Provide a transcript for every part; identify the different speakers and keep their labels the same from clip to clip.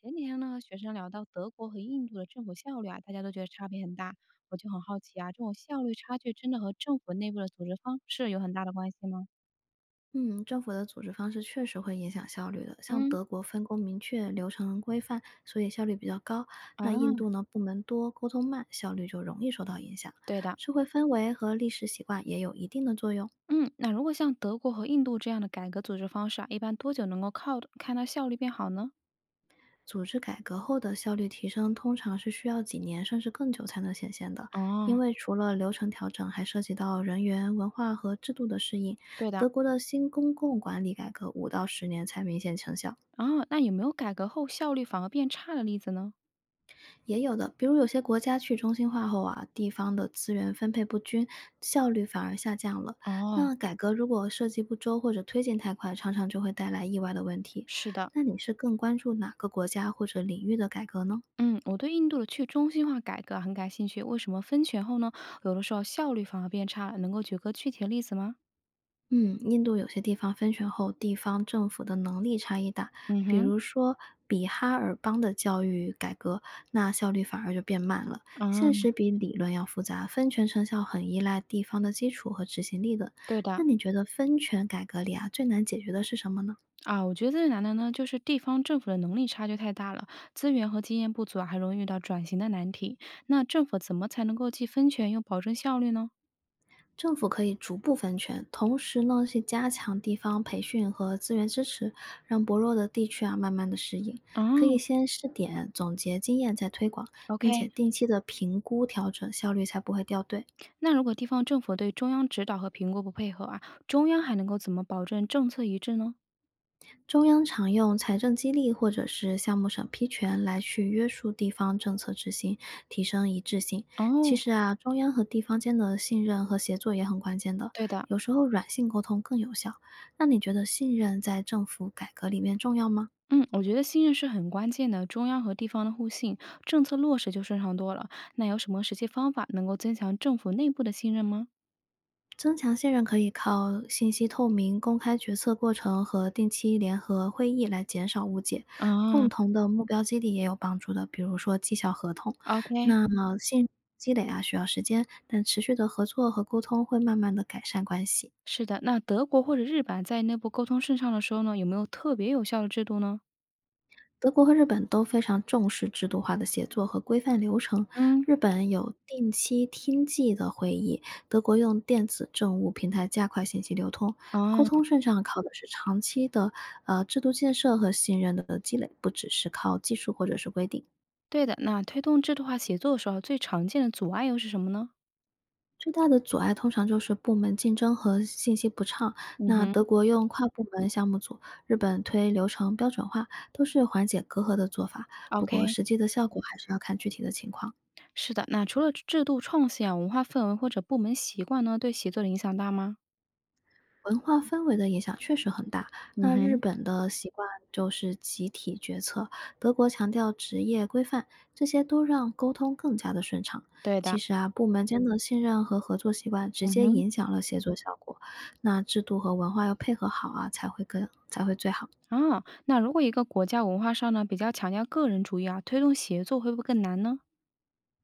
Speaker 1: 前几天呢，和学生聊到德国和印度的政府效率啊，大家都觉得差别很大。我就很好奇啊，这种效率差距真的和政府内部的组织方式有很大的关系吗？
Speaker 2: 嗯，政府的组织方式确实会影响效率的。像
Speaker 1: 嗯，
Speaker 2: 德国分工明确，流程规范，所以效率比较高。那印
Speaker 1: 啊，
Speaker 2: 度呢，部门多，沟通慢，效率就容易受到影响。
Speaker 1: 对的，
Speaker 2: 社会氛围和历史习惯也有一定的作用。
Speaker 1: 嗯，那如果像德国和印度这样的改革组织方式啊，一般多久能够靠看到效率变好呢？
Speaker 2: 组织改革后的效率提升，通常是需要几年甚至更久才能显现的，
Speaker 1: 哦，
Speaker 2: 因为除了流程调整，还涉及到人员、文化和制度的适应。
Speaker 1: 对的，
Speaker 2: 德国的新公共管理改革5到10年才明显成效。
Speaker 1: 哦，那有没有改革后效率反而变差的例子呢？
Speaker 2: 也有的，比如有些国家去中心化后啊，地方的资源分配不均，效率反而下降了。
Speaker 1: 哦，
Speaker 2: 那改革如果设计不周或者推进太快，常常就会带来意外的问题。
Speaker 1: 是的。
Speaker 2: 那你是更关注哪个国家或者领域的改革呢？
Speaker 1: 嗯，我对印度的去中心化改革啊很感兴趣。为什么分权后呢，有的时候效率反而变差了？能够举个具体的例子吗？
Speaker 2: 嗯，印度有些地方分权后，地方政府的能力差异大，
Speaker 1: 嗯
Speaker 2: 比
Speaker 1: 哼，
Speaker 2: 如说比哈尔邦的教育改革，那效率反而就变慢了。现实
Speaker 1: 啊，
Speaker 2: 比理论要复杂，分权成效很依赖地方的基础和执行力的。
Speaker 1: 对
Speaker 2: 那
Speaker 1: 的。
Speaker 2: 你觉得分权改革里啊，最难解决的是什么呢？
Speaker 1: 啊，我觉得最难的呢，就是地方政府的能力差距太大了，资源和经验不足啊，还容易遇到转型的难题。那政府怎么才能够既分权又保证效率呢？
Speaker 2: 政府可以逐步分权，同时呢是加强地方培训和资源支持，让薄弱的地区啊慢慢的适应。
Speaker 1: 啊
Speaker 2: 可以先试点，总结经验再推广，并且
Speaker 1: ，OK，
Speaker 2: 定期的评估调整，效率才不会掉队。
Speaker 1: 那如果地方政府对中央指导和评估不配合啊，中央还能够怎么保证政策一致呢？
Speaker 2: 中央常用财政激励或者是项目审批权来去约束地方政策执行，提升一致性。其
Speaker 1: 哦，
Speaker 2: 实啊，中央和地方间的信任和协作也很关键的，
Speaker 1: 对的，
Speaker 2: 有时候软性沟通更有效。那你觉得信任在政府改革里面重要吗？
Speaker 1: 嗯，我觉得信任是很关键的，中央和地方的互信，政策落实就顺畅多了。那有什么实际方法能够增强政府内部的信任吗？
Speaker 2: 增强信任可以靠信息透明、公开决策过程和定期联合会议来减少误解。共
Speaker 1: 啊
Speaker 2: 同的目标激励也有帮助的，比如说绩效合同。
Speaker 1: ，OK，
Speaker 2: 那么信任积累啊需要时间，但持续的合作和沟通会慢慢的改善关系。
Speaker 1: 是的。那德国或者日本在内部沟通顺畅的时候呢，有没有特别有效的制度呢？
Speaker 2: 德国和日本都非常重视制度化的协作和规范流程。
Speaker 1: 嗯，
Speaker 2: 日本有定期听记的会议，德国用电子政务平台加快信息流通，
Speaker 1: 啊，
Speaker 2: 沟通顺畅靠的是长期的制度建设和信任的积累，不只是靠技术或者是规定。
Speaker 1: 对的。那推动制度化协作的时候，最常见的阻碍又是什么呢？
Speaker 2: 最大的阻碍通常就是部门竞争和信息不畅。
Speaker 1: 嗯
Speaker 2: 那
Speaker 1: 哼
Speaker 2: 德国用跨部门项目组，日本推流程标准化，都是缓解隔阂的做法。不过
Speaker 1: ，OK，
Speaker 2: 实际的效果还是要看具体的情况。
Speaker 1: 是的。那除了制度创新啊，文化氛围或者部门习惯呢，对协作的影响大吗？
Speaker 2: 文化氛围的影响确实很大。
Speaker 1: 嗯
Speaker 2: 那日
Speaker 1: 哼，
Speaker 2: 本的习惯就是集体决策，德国强调职业规范，这些都让沟通更加的顺畅。
Speaker 1: 对
Speaker 2: 其
Speaker 1: 的。
Speaker 2: 实啊，部门间的信任和合作习惯直
Speaker 1: 嗯
Speaker 2: 接
Speaker 1: 哼。
Speaker 2: 影响了协作效果。那制度和文化要配合好啊，才会最好。
Speaker 1: 啊，那如果一个国家文化上呢比较强调个人主义啊，推动协作会不会更难呢？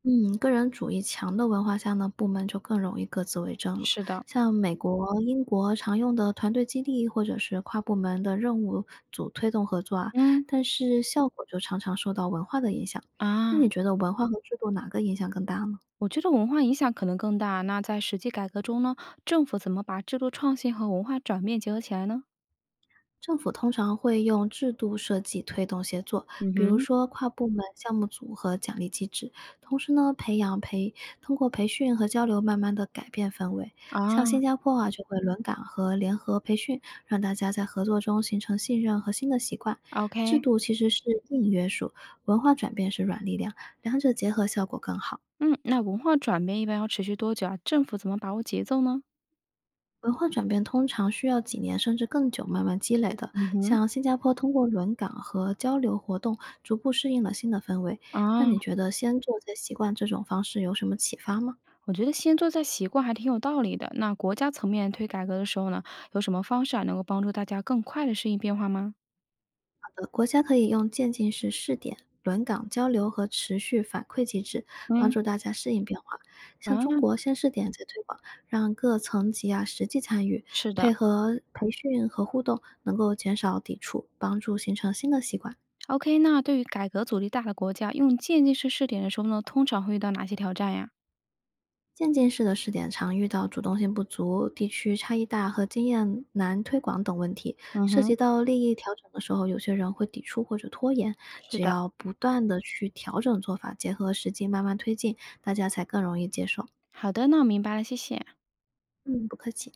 Speaker 2: 嗯，个人主义强的文化下呢，部门就更容易各自为政了。
Speaker 1: 是的，
Speaker 2: 像美国、英国常用的团队激励，或者是跨部门的任务组推动合作啊，
Speaker 1: 嗯，
Speaker 2: 但是效果就常常受到文化的影响。那
Speaker 1: 啊，
Speaker 2: 你觉得文化和制度哪个影响更大呢？
Speaker 1: 我觉得文化影响可能更大。那在实际改革中呢，政府怎么把制度创新和文化转变结合起来呢？
Speaker 2: 政府通常会用制度设计推动协作，
Speaker 1: 嗯
Speaker 2: 比如
Speaker 1: 哼。
Speaker 2: 说跨部门项目组和奖励机制。同时呢，培养培通过培训和交流，慢慢的改变氛围。像
Speaker 1: 啊
Speaker 2: 新加坡啊，就会轮岗和联合培训，让大家在合作中形成信任和新的习惯。制
Speaker 1: ，OK，
Speaker 2: 度其实是硬约束，文化转变是软力量，两者结合效果更好。
Speaker 1: 嗯，那文化转变一般要持续多久啊？政府怎么把握节奏呢？
Speaker 2: 文化转变通常需要几年甚至更久慢慢积累的。
Speaker 1: 嗯哼，
Speaker 2: 像新加坡通过轮岗和交流活动，逐步适应了新的氛围。那
Speaker 1: 啊，
Speaker 2: 你觉得先做再习惯这种方式有什么启发吗？
Speaker 1: 我觉得先做再习惯还挺有道理的。那国家层面推改革的时候呢，有什么方式啊能够帮助大家更快的适应变化吗？
Speaker 2: 好的，国家可以用渐进式试点、轮岗交流和持续反馈机制，帮
Speaker 1: 嗯，
Speaker 2: 助大家适应变化。像中
Speaker 1: 啊。
Speaker 2: 国先试点再推广，让各层级啊实际参与，
Speaker 1: 是
Speaker 2: 配
Speaker 1: 的
Speaker 2: 合培训和互动，能够减少抵触，帮助形成新的习惯。
Speaker 1: ，OK。那对于改革阻力大的国家，用渐进式试点的时候呢，通常会遇到哪些挑战呀？
Speaker 2: 渐进式的试点常遇到主动性不足、地区差异大和经验难推广等问题。
Speaker 1: 嗯
Speaker 2: 涉及
Speaker 1: 哼。
Speaker 2: 到利益调整的时候，有些人会抵触或者拖延。
Speaker 1: 是
Speaker 2: 只
Speaker 1: 的，
Speaker 2: 要不断的去调整做法，结合实际慢慢推进，大家才更容易接受。
Speaker 1: 好的，那我明白了，谢谢。
Speaker 2: 嗯，不客气。